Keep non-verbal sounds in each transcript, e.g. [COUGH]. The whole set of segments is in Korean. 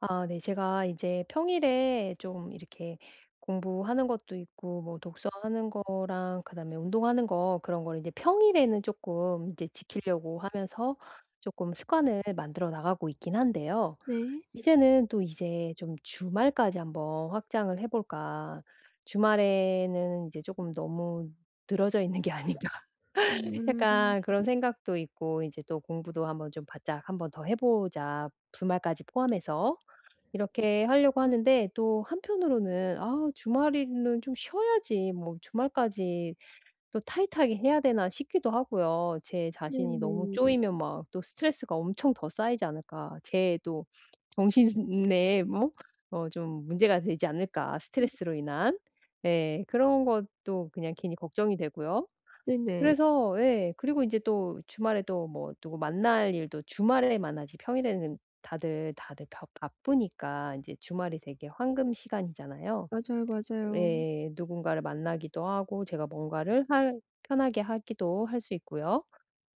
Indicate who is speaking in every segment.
Speaker 1: 아 네. 제가 이제 평일에 좀 이렇게 공부하는 것도 있고 뭐 독서하는 거랑 그다음에 운동하는 거 그런 거를 이제 평일에는 조금 이제 지키려고 하면서 조금 습관을 만들어 나가고 있긴 한데요.
Speaker 2: 네.
Speaker 1: 이제는 또 이제 좀 '주말까지 한번 확장을 해 볼까.' 주말에는 이제 조금 너무 늘어져 있는 게 아닌가 [LAUGHS]
Speaker 2: 음.
Speaker 1: 약간 그런 생각도 있고 이제 또 공부도 한번 좀 바짝 '한 번 더 해 보자, 주말까지 포함해서.' 이렇게 하려고
Speaker 2: 아,
Speaker 1: 하는데 또 한편으로는 '아 주말에는 좀 쉬어야지. 뭐 주말까지 또 타이트하게 해야 되나?' 싶기도 하고요. 제 자신이 너무
Speaker 2: 네네.
Speaker 1: 쪼이면 막 또 스트레스가 엄청 더 쌓이지 않을까. 제 또 정신에 [LAUGHS] 뭐 좀 문제가 되지 않을까
Speaker 2: 음,
Speaker 1: 스트레스로 인한. 예. 그런 것도 그냥 괜히 걱정이 되고요.
Speaker 2: 네네.
Speaker 1: 그래서 예. 그리고 인제 또 주말에 또 뭐 누구 만날 일도 주말에 만나지 평일에는 다들, 다들 바 바쁘니까 인제 주말이 되게 황금 시간이잖아요.
Speaker 2: 맞아요, 맞아요.
Speaker 1: 예. 누군가를 만나기도 하고 제가 뭔가를 할 편하게 하기도 할 수 있고요.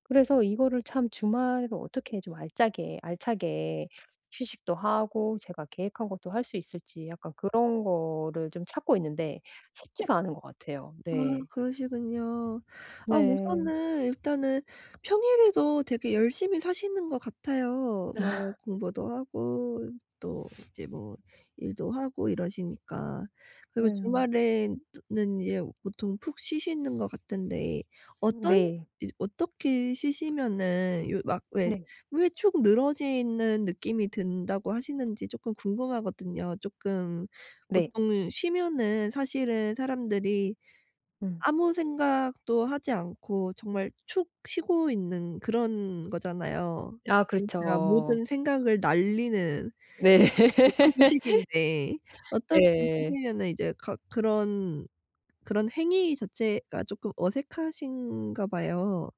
Speaker 1: 그래서 이거를 참 주말을 어떻게 좀 알짜게 알차게 휴식도 하고 제가 계획한 것도 할 수 있을지 약간 그런 거를 좀 찾고 있는데 쉽지가 않은 것 같아요.
Speaker 2: 아,
Speaker 1: 네.
Speaker 2: 그러시군요. 아,
Speaker 1: 네.
Speaker 2: 우선은 일단은 평일에도 되게 열심히 사시는 것 같아요. 막 공부도 하고 또 이제 뭐 일도 하고 이러시니까. 그리고
Speaker 1: 예.
Speaker 2: 주말에는 이제 보통 푹 쉬시는 것 같은데, 어떤
Speaker 1: 네.
Speaker 2: 이 어떻게 쉬시면은 요 막 왜
Speaker 1: 네.
Speaker 2: 왜 축 늘어져 있는 느낌이 든다고 하시는지 쪼끔 궁금하거든요. 쪼끔
Speaker 1: 네.
Speaker 2: 보통 쉬면은 사실은 사람들이
Speaker 1: 음.
Speaker 2: 아무 생각도 하지 않고 정말 축 쉬고 있는 그런 거잖아요.
Speaker 1: 아
Speaker 2: 진짜
Speaker 1: 그렇죠.
Speaker 2: 모든 생각을 날리는
Speaker 1: 네.
Speaker 2: [LAUGHS]
Speaker 1: [LAUGHS]
Speaker 2: 보통 휴식인데 어떻게
Speaker 1: 예.
Speaker 2: 쉬시면은 이제 가 그런 그런 행위 자체가 쪼끔 어색하신가 봐요.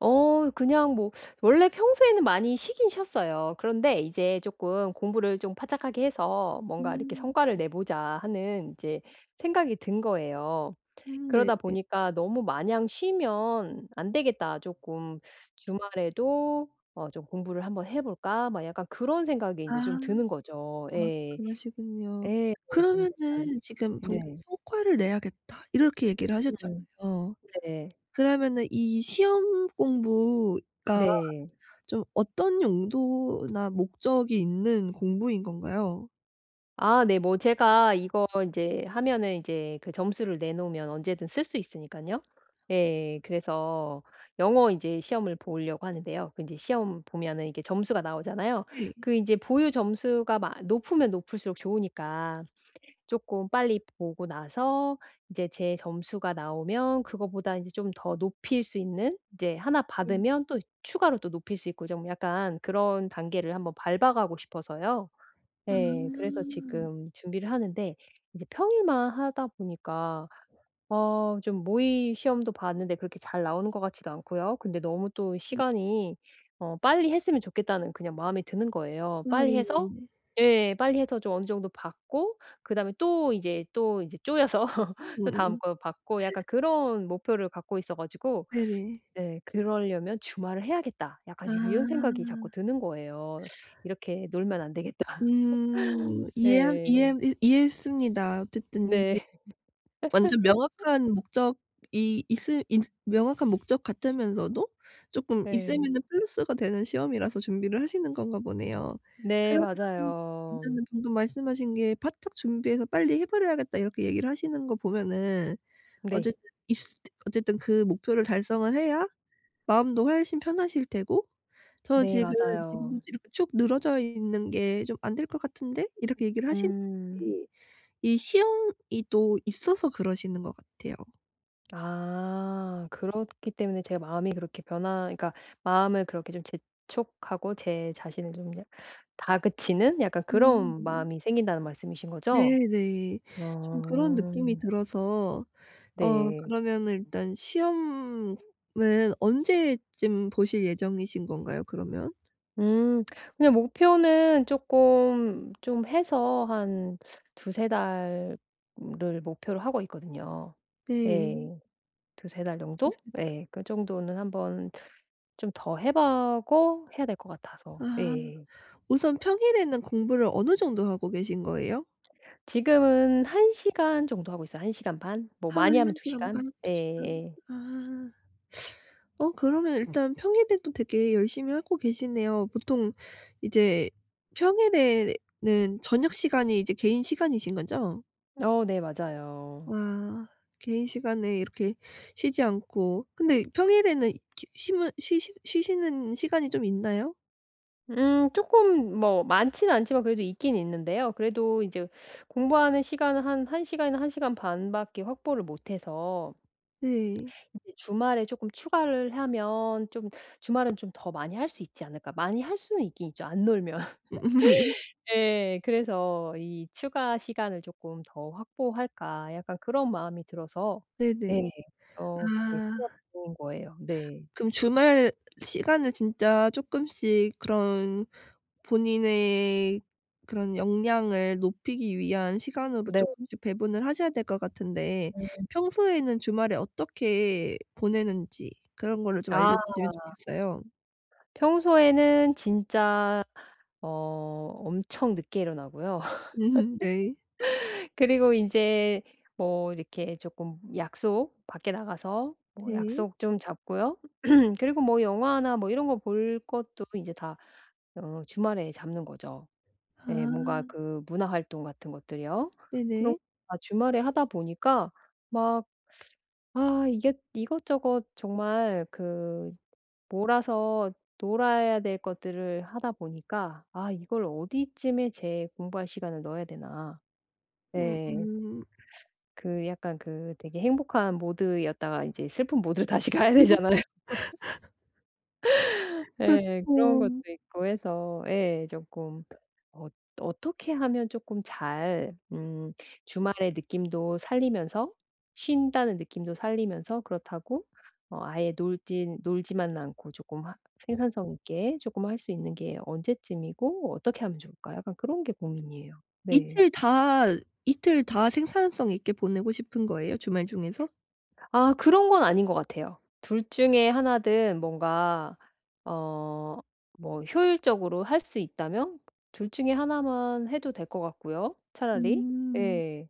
Speaker 1: 그냥 뭐 원래 평소에는 많이 쉬긴 쉬었어요. 그런데 이제 쪼끔 공부를 좀 파짝하게 해서 뭔가 이렇게
Speaker 2: 음.
Speaker 1: '성과를 내보자.' 하는 이제 생각이 든 거예요.
Speaker 2: 음, 네네.
Speaker 1: 그러다 보니까 '너무 마냥 쉬면 안 되겠다. 쪼끔 주말에도 좀 공부를 한번 해 볼까?' 막 약간 그런 생각이 인제 좀
Speaker 2: 아.
Speaker 1: 드는 거죠.
Speaker 2: 아,
Speaker 1: 예.
Speaker 2: 그러시군요.
Speaker 1: 예. 그니
Speaker 2: 그러면은 지금 방금
Speaker 1: 네.
Speaker 2: "성과를 내야겠다." 이렇게 얘기를
Speaker 1: 음.
Speaker 2: 하셨잖아요.
Speaker 1: 네.
Speaker 2: 그러면은 이 시험 공부가
Speaker 1: 네.
Speaker 2: 좀 어떤 용도나 목적이 있는 공부인 건가요?
Speaker 1: 아 네. 뭐 제가 이거 이제 하면은 이제 그 점수를 내놓으면 언제든 쓸 수 있으니까요. 예. 그래서 영어 이제 시험을 보려고 하는데요. 그 인제 시험 보면은 이게 점수가 나오잖아요.
Speaker 2: 네.
Speaker 1: 그 이제 보유 점수가 마 높으면 높을수록 좋으니까 조금 빨리 보고 나서 이제 제 점수가 나오면 그거보다 이제 좀 더 높일 수 있는, 이제 하나
Speaker 2: 네.
Speaker 1: 받으면 또 추가로 또 높일 수 있고, 좀 약간 그런 단계를 한번 밟아가고 싶어서요. 네, 그래서
Speaker 2: 아.
Speaker 1: 지금 준비를 하는데 이제 평일만 하다 보니까 좀 모의 시험도 봤는데 그렇게 잘 나오는 것 같지도 않고요. 근데 너무 또
Speaker 2: 음.
Speaker 1: 시간이 '빨리 했으면 좋겠다.'는 그냥 마음이 드는 거예요.
Speaker 2: 아,
Speaker 1: 빨리 해서,
Speaker 2: 네네네.
Speaker 1: 예, 빨리 해서 좀 어느 정도 받고 그다음에 또 이제 쪼여서 [LAUGHS] 또 다음
Speaker 2: 음음음.
Speaker 1: 거 받고 약간 그런 목표를 갖고 있어 가지고
Speaker 2: 네네.
Speaker 1: 네 '그러려면 주말을 해야겠다.' 약간 이런
Speaker 2: 아.
Speaker 1: 생각이 자꾸 드는 거예요. '이렇게 놀면 안 되겠다.' [LAUGHS]
Speaker 2: 음. 이해한 이해
Speaker 1: 예.
Speaker 2: 이 이해했습니다. 어쨌든 이게
Speaker 1: 네.
Speaker 2: 완전 명확한 목적이 있을 있 명확한 목적 같으면서도 쪼끔
Speaker 1: 네.
Speaker 2: 있으면은 플러스가 되는 시험이라서 준비를 하시는 건가 보네요.
Speaker 1: 네
Speaker 2: 그러면
Speaker 1: 맞아요.
Speaker 2: 일단은 방금 말씀하신 게 바짝 준비해서 "빨리 해 버려야겠다." 이렇게 얘기를 하시는 거 보면은
Speaker 1: 네.
Speaker 2: 어쨌든 입시 어쨌든 그 목표를 달성을 해야 마음도 훨씬 편하실 테고 "저는
Speaker 1: 네
Speaker 2: 지금
Speaker 1: 맞아요.
Speaker 2: 이렇게 쭉 늘어져 있는 게 좀 안 될 것 같은데?" 이렇게 얘기를 하시는
Speaker 1: 음.
Speaker 2: 게 이 시험이 또 있어서 그러시는 것 같아요.
Speaker 1: 아 그렇기 때문에 제가 마음이 그렇게 변화 그러니까 마음을 그렇게 좀 재촉하고 제 자신을 좀 약 다그치는 약간 그런
Speaker 2: 음.
Speaker 1: 마음이 생긴다는 말씀이신 거죠?
Speaker 2: 네네. 좀 그런 느낌이
Speaker 1: 어.
Speaker 2: 들어서 어
Speaker 1: 네.
Speaker 2: 그러면은 일단 시험은 언제쯤 보실 예정이신 건가요, 그러면?
Speaker 1: 음. 그냥 목표는 쪼끔 좀 해서 한 두세 달을 목표로 하고 있거든요.
Speaker 2: 네.
Speaker 1: 예. 2~3달 정도?
Speaker 2: 좋습니다.
Speaker 1: 예. 그 정도는 한번 좀 더 해 보고 해야 될 것 같아서.
Speaker 2: 아,
Speaker 1: 예.
Speaker 2: 우선 평일에는 공부를 어느 정도 하고 계신 거예요?
Speaker 1: 지금은 1시간 시간 정도 하고 있어요. 1시간 시간 반? 뭐
Speaker 2: 하루에
Speaker 1: 많이 하면
Speaker 2: 한
Speaker 1: 2시간
Speaker 2: 시간
Speaker 1: 시간?
Speaker 2: 반, 두 시간.
Speaker 1: 예예예.
Speaker 2: 아. 어, 그러면 음, 일단 평일에도 되게 열심히 하고 계시네요. 보통 이제 평일에는 저녁 시간이 이제 개인 시간이신 거죠?
Speaker 1: 네 맞아요.
Speaker 2: 와. 개인 시간에 이렇게 쉬지 않고, 근데 평일에는 이렇게 쉬면 쉬시 쉬시는 시간이 좀 있나요?
Speaker 1: 쪼끔 뭐 많지는 않지만 그래도 있긴 있는데요. 그래도 인제 공부하는 시간은 한 1시간 시간이나 1시간 시간 반 밖에 확보를 못 해서
Speaker 2: 네.
Speaker 1: 이제 주말에 쪼끔 추가를 하면 좀 주말은 좀 더 많이 할 수 있지 않을까. 많이 할 수는 있긴 있죠, 안 놀면.
Speaker 2: [LAUGHS]
Speaker 1: 예. 그래서 '이 추가 시간을 쪼끔 더 확보할까.' 약간 그런 마음이 들어서
Speaker 2: 네네.
Speaker 1: 예 그렇게
Speaker 2: 아.
Speaker 1: 생각 중인 거예요. 네.
Speaker 2: 그럼 주말 시간을 진짜 쪼끔씩 그런 본인의 그런 역량을 높이기 위한 시간으로
Speaker 1: 네.
Speaker 2: 쪼끔씩 배분을 하셔야 될 것 같은데, 평소에는 주말에 어떻게 보내는지 그런 거를 좀
Speaker 1: 아
Speaker 2: 알려주시면 좋겠어요.
Speaker 1: 평소에는 진짜 어 엄청 늦게 일어나고요.
Speaker 2: 음, 네.
Speaker 1: [LAUGHS] 그리고 인제 뭐 이렇게 쪼끔 약속 밖에 나가서 뭐
Speaker 2: 네.
Speaker 1: 약속 좀 잡고요. [CLEARS THROAT] 그리고 뭐 영화나 뭐 이런 거 볼 것도 인제 다 주말에 잡는 거죠. 네 뭔가
Speaker 2: 아,
Speaker 1: 그 문화 활동 같은 것들이요. 그런
Speaker 2: 네네.
Speaker 1: 거 다 주말에 하다 보니까 막, 아, 이게 이것저것 정말 그 몰아서 놀아야 될 것들을 하다 보니까 '아 이걸 어디쯤에 제 공부할 시간을 넣어야 되나.' 네,
Speaker 2: 음음.
Speaker 1: 그 약간 그 되게 행복한 모드였다가 이제 슬픈 모드로 [LAUGHS] 다시 가야 되잖아요. [LAUGHS] 예. 그런
Speaker 2: 그렇죠.
Speaker 1: 것도 있고 해서 예. 조금 어 어떻게 하면 조금 잘 주말의 느낌도 살리면서 쉰다는 느낌도 살리면서 그렇다고 아예 놀진 놀지만 않고 조금 하 생산성 있게 조금 할 수 있는 게 언제쯤이고 어떻게 하면 좋을까 약간 그런 게 고민이에요. 네.
Speaker 2: 이틀 다 이틀 다 생산성 있게 보내고 싶은 거예요? 주말 중에서?
Speaker 1: 아 그런 건 아닌 것 같아요. 둘 중에 하나든 뭔가 어 뭐 효율적으로 할 수 있다면 둘 중에 하나만 해도 될 것 같고요 차라리.
Speaker 2: 음.
Speaker 1: 예.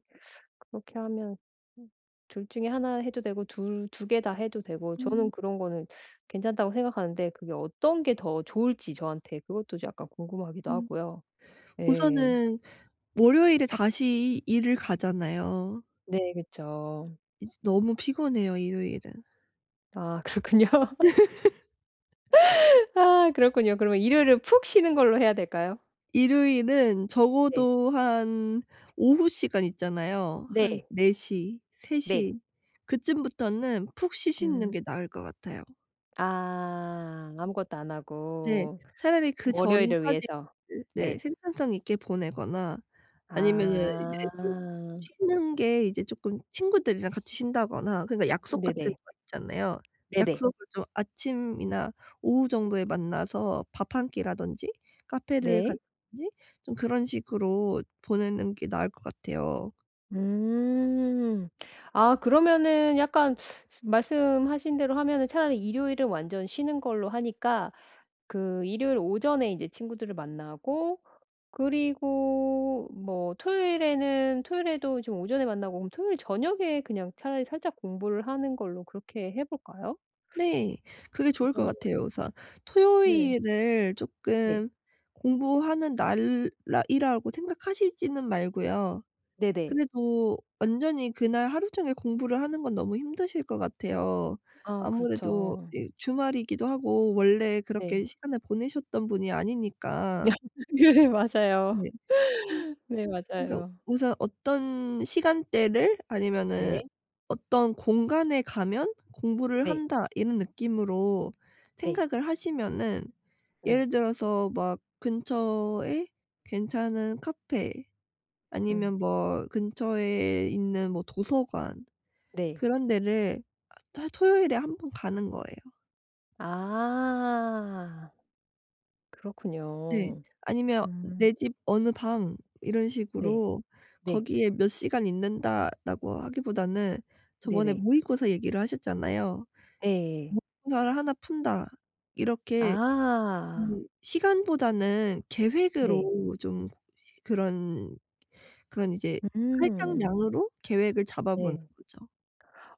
Speaker 1: 그렇게 하면 음 둘 중에 하나 해도 되고 둘 두 개 다 해도 되고 저는
Speaker 2: 음.
Speaker 1: 그런 거는 괜찮다고 생각하는데 그게 어떤 게 더 좋을지 저한테 그것도 약간 궁금하기도
Speaker 2: 음.
Speaker 1: 하고요. 예.
Speaker 2: 우선은 월요일에 다시 일을 가잖아요.
Speaker 1: 네 그쵸.
Speaker 2: 이제 너무 피곤해요 일요일은.
Speaker 1: 아 [LAUGHS] 그렇군요. 아 그렇군요. 그러면 일요일을 푹 쉬는 걸로 해야 될까요?
Speaker 2: 일요일은
Speaker 1: 네.
Speaker 2: 적어도 한 오후 시간 있잖아요. 한
Speaker 1: 네.
Speaker 2: 4시 세
Speaker 1: 네.
Speaker 2: 3 그쯤부터는 푹 쉬시는
Speaker 1: 음.
Speaker 2: 게 나을 것 같아요.
Speaker 1: 아 아무것도 안
Speaker 2: 네.
Speaker 1: 하고
Speaker 2: 차라리 그
Speaker 1: 월요일을
Speaker 2: 전까지
Speaker 1: 위해서.
Speaker 2: 네
Speaker 1: 네.
Speaker 2: 생산성 있게 보내거나 아니면은 이제 좀
Speaker 1: 아.
Speaker 2: 쉬는 게 이제 쪼끔 친구들이랑 같이 쉰다거나, 그러니까 약속 같은
Speaker 1: 네네.
Speaker 2: 거 있잖아요.
Speaker 1: 네네.
Speaker 2: 약속을 좀 아침이나 오후 정도에 만나서 밥 한 끼라든지 카페를
Speaker 1: 네.
Speaker 2: 간다든지 좀 그런 식으로 보내는 게 나을 것 같아요.
Speaker 1: 음. 아 그러면은 약간 말씀하신 대로 하면은 차라리 일요일은 완전 쉬는 걸로 하니까 그 일요일 오전에 이제 친구들을 만나고 그리고 뭐 토요일에는 토요일에도 좀 오전에 만나고 그럼 토요일 저녁에 그냥 차라리 살짝 공부를 하는 걸로 그렇게 해 볼까요?
Speaker 2: 네. 그게 좋을 것
Speaker 1: 아
Speaker 2: 같아요. 우선
Speaker 1: 네.
Speaker 2: 토요일을
Speaker 1: 네.
Speaker 2: 쪼끔 공부하는 날 이라고 생각하시지는 말고요.
Speaker 1: 네네.
Speaker 2: 그래도 완전히 그날 하루 종일 공부를 하는 건 너무 힘드실 것 같아요.
Speaker 1: 아
Speaker 2: 아무래도
Speaker 1: 그렇죠.
Speaker 2: 이 주말이기도 하고 원래
Speaker 1: 네.
Speaker 2: 그렇게 시간을 보내셨던 분이 아니니까.
Speaker 1: [LAUGHS] 네 맞아요.
Speaker 2: 네. 음.
Speaker 1: 네
Speaker 2: 그러니까
Speaker 1: 맞아요.
Speaker 2: 우선 어떤 시간대를
Speaker 1: 네.
Speaker 2: 아니면은 어떤 공간에 가면 공부를
Speaker 1: 네.
Speaker 2: 한다, 이런 느낌으로
Speaker 1: 네.
Speaker 2: 생각을 하시면은
Speaker 1: 네.
Speaker 2: 예를 들어서 막 근처에 괜찮은 카페
Speaker 1: 음.
Speaker 2: 아니면 뭐 근처에 있는 뭐 도서관
Speaker 1: 네.
Speaker 2: 그런 데를 하 토요일에 한 번 가는 거예요.
Speaker 1: 아.
Speaker 2: 네.
Speaker 1: 그렇군요.
Speaker 2: 아니면
Speaker 1: 음.
Speaker 2: "내 집 어느 방." 이런
Speaker 1: 네.
Speaker 2: 식으로
Speaker 1: 네.
Speaker 2: 거기에 "몇 시간 있는다."라고 하기보다는 저번에
Speaker 1: 네네.
Speaker 2: 모의고사 얘기를 하셨잖아요.
Speaker 1: 예
Speaker 2: "모의고사를 하나 푼다." 이렇게
Speaker 1: 아.
Speaker 2: 시간보다는
Speaker 1: 네.
Speaker 2: 계획으로 좀 그런 그런 이제
Speaker 1: 음.
Speaker 2: 할당량으로 계획을 잡아 보는
Speaker 1: 네.
Speaker 2: 거죠.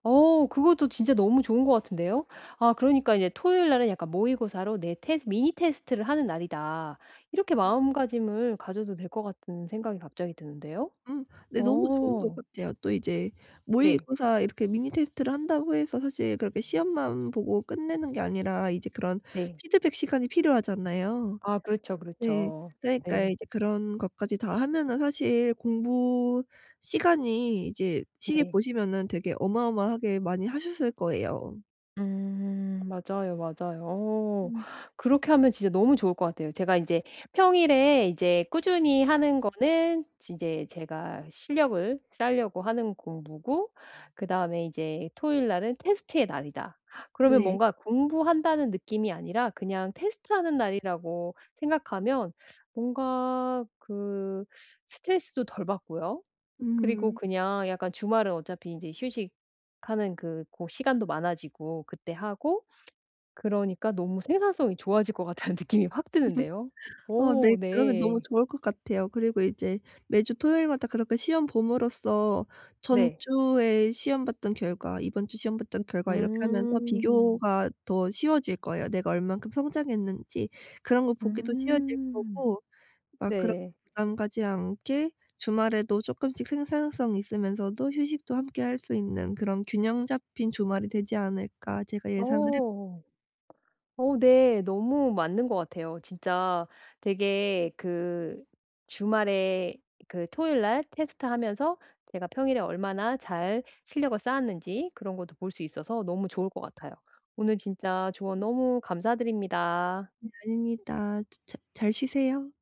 Speaker 1: 그것도 진짜 너무 좋은 것 같은데요. 아 그러니까 이제 '토요일 날은 약간 모의고사로 내 테스 미니 테스트를 하는 날이다.' 이렇게 마음가짐을 가져도 될 것 같은 생각이 갑자기 드는데요.
Speaker 2: 음. 네 너무 좋은 것
Speaker 1: 어.
Speaker 2: 같아요. 또 이제
Speaker 1: 네.
Speaker 2: 모의고사 이렇게 미니 테스트를 한다고 해서 사실 그렇게 시험만 보고 끝내는 게 아니라 이제 그런
Speaker 1: 네.
Speaker 2: 피드백 시간이 필요하잖아요.
Speaker 1: 아 그렇죠,
Speaker 2: 네.
Speaker 1: 그렇죠.
Speaker 2: 그러니까
Speaker 1: 네.
Speaker 2: 이제 그런 것까지 다 하면은 사실 공부 시간이 이제 시계
Speaker 1: 네.
Speaker 2: 보시면은 되게 어마어마하게 많이 하셨을 거예요.
Speaker 1: 음. 맞아요, 맞아요.
Speaker 2: 음.
Speaker 1: 그렇게 하면 진짜 너무 좋을 것 같아요. 제가 이제 평일에 이제 꾸준히 하는 거는 이제 제가 실력을 쌓으려고 하는 공부고 그다음에 이제 토요일 날은 테스트의 날이다. 그러면
Speaker 2: 네.
Speaker 1: 뭔가 공부한다는 느낌이 아니라 그냥 테스트하는 날이라고 생각하면 뭔가 그 스트레스도 덜 받고요. 그리고
Speaker 2: 음.
Speaker 1: 그냥 약간 주말은 어차피 인제 휴식하는 그 고 시간도 많아지고 그때 하고 그러니까 너무 생산성이 좋아질 것 같다는 [LAUGHS] 느낌이 확 드는데요.
Speaker 2: 어,
Speaker 1: 오
Speaker 2: 네. 그러면 너무
Speaker 1: 네.
Speaker 2: 좋을 것 같아요. 그리고 이제 매주 토요일마다 그렇게 시험 봄으로써
Speaker 1: 네.
Speaker 2: 전주에 시험 봤던 결과, 이번 주 시험 봤던 결과, 이렇게 하면서
Speaker 1: 음.
Speaker 2: 비교가 더 쉬워질 거예요. 내가 얼만큼 성장했는지 그런 거 보기도 쉬워질
Speaker 1: 음.
Speaker 2: 거고 막 그렇게
Speaker 1: 네.
Speaker 2: 부담 가지 않게 주말에도 쪼끔씩 생산성 있으면서도 휴식도 함께 할 수 있는 그런 균형 잡힌 주말이 되지 않을까 제가 예상을 해
Speaker 1: 어. 어 네. 너무 맞는 것 같아요. 진짜 되게 그 주말에 그 토요일 날 테스트하면서 제가 평일에 얼마나 잘 실력을 쌓았는지 그런 것도 볼 수 있어서 너무 좋을 것 같아요. 오늘 진짜 조언 너무 감사드립니다.
Speaker 2: 봅니다. 자, 잘 쉬세요.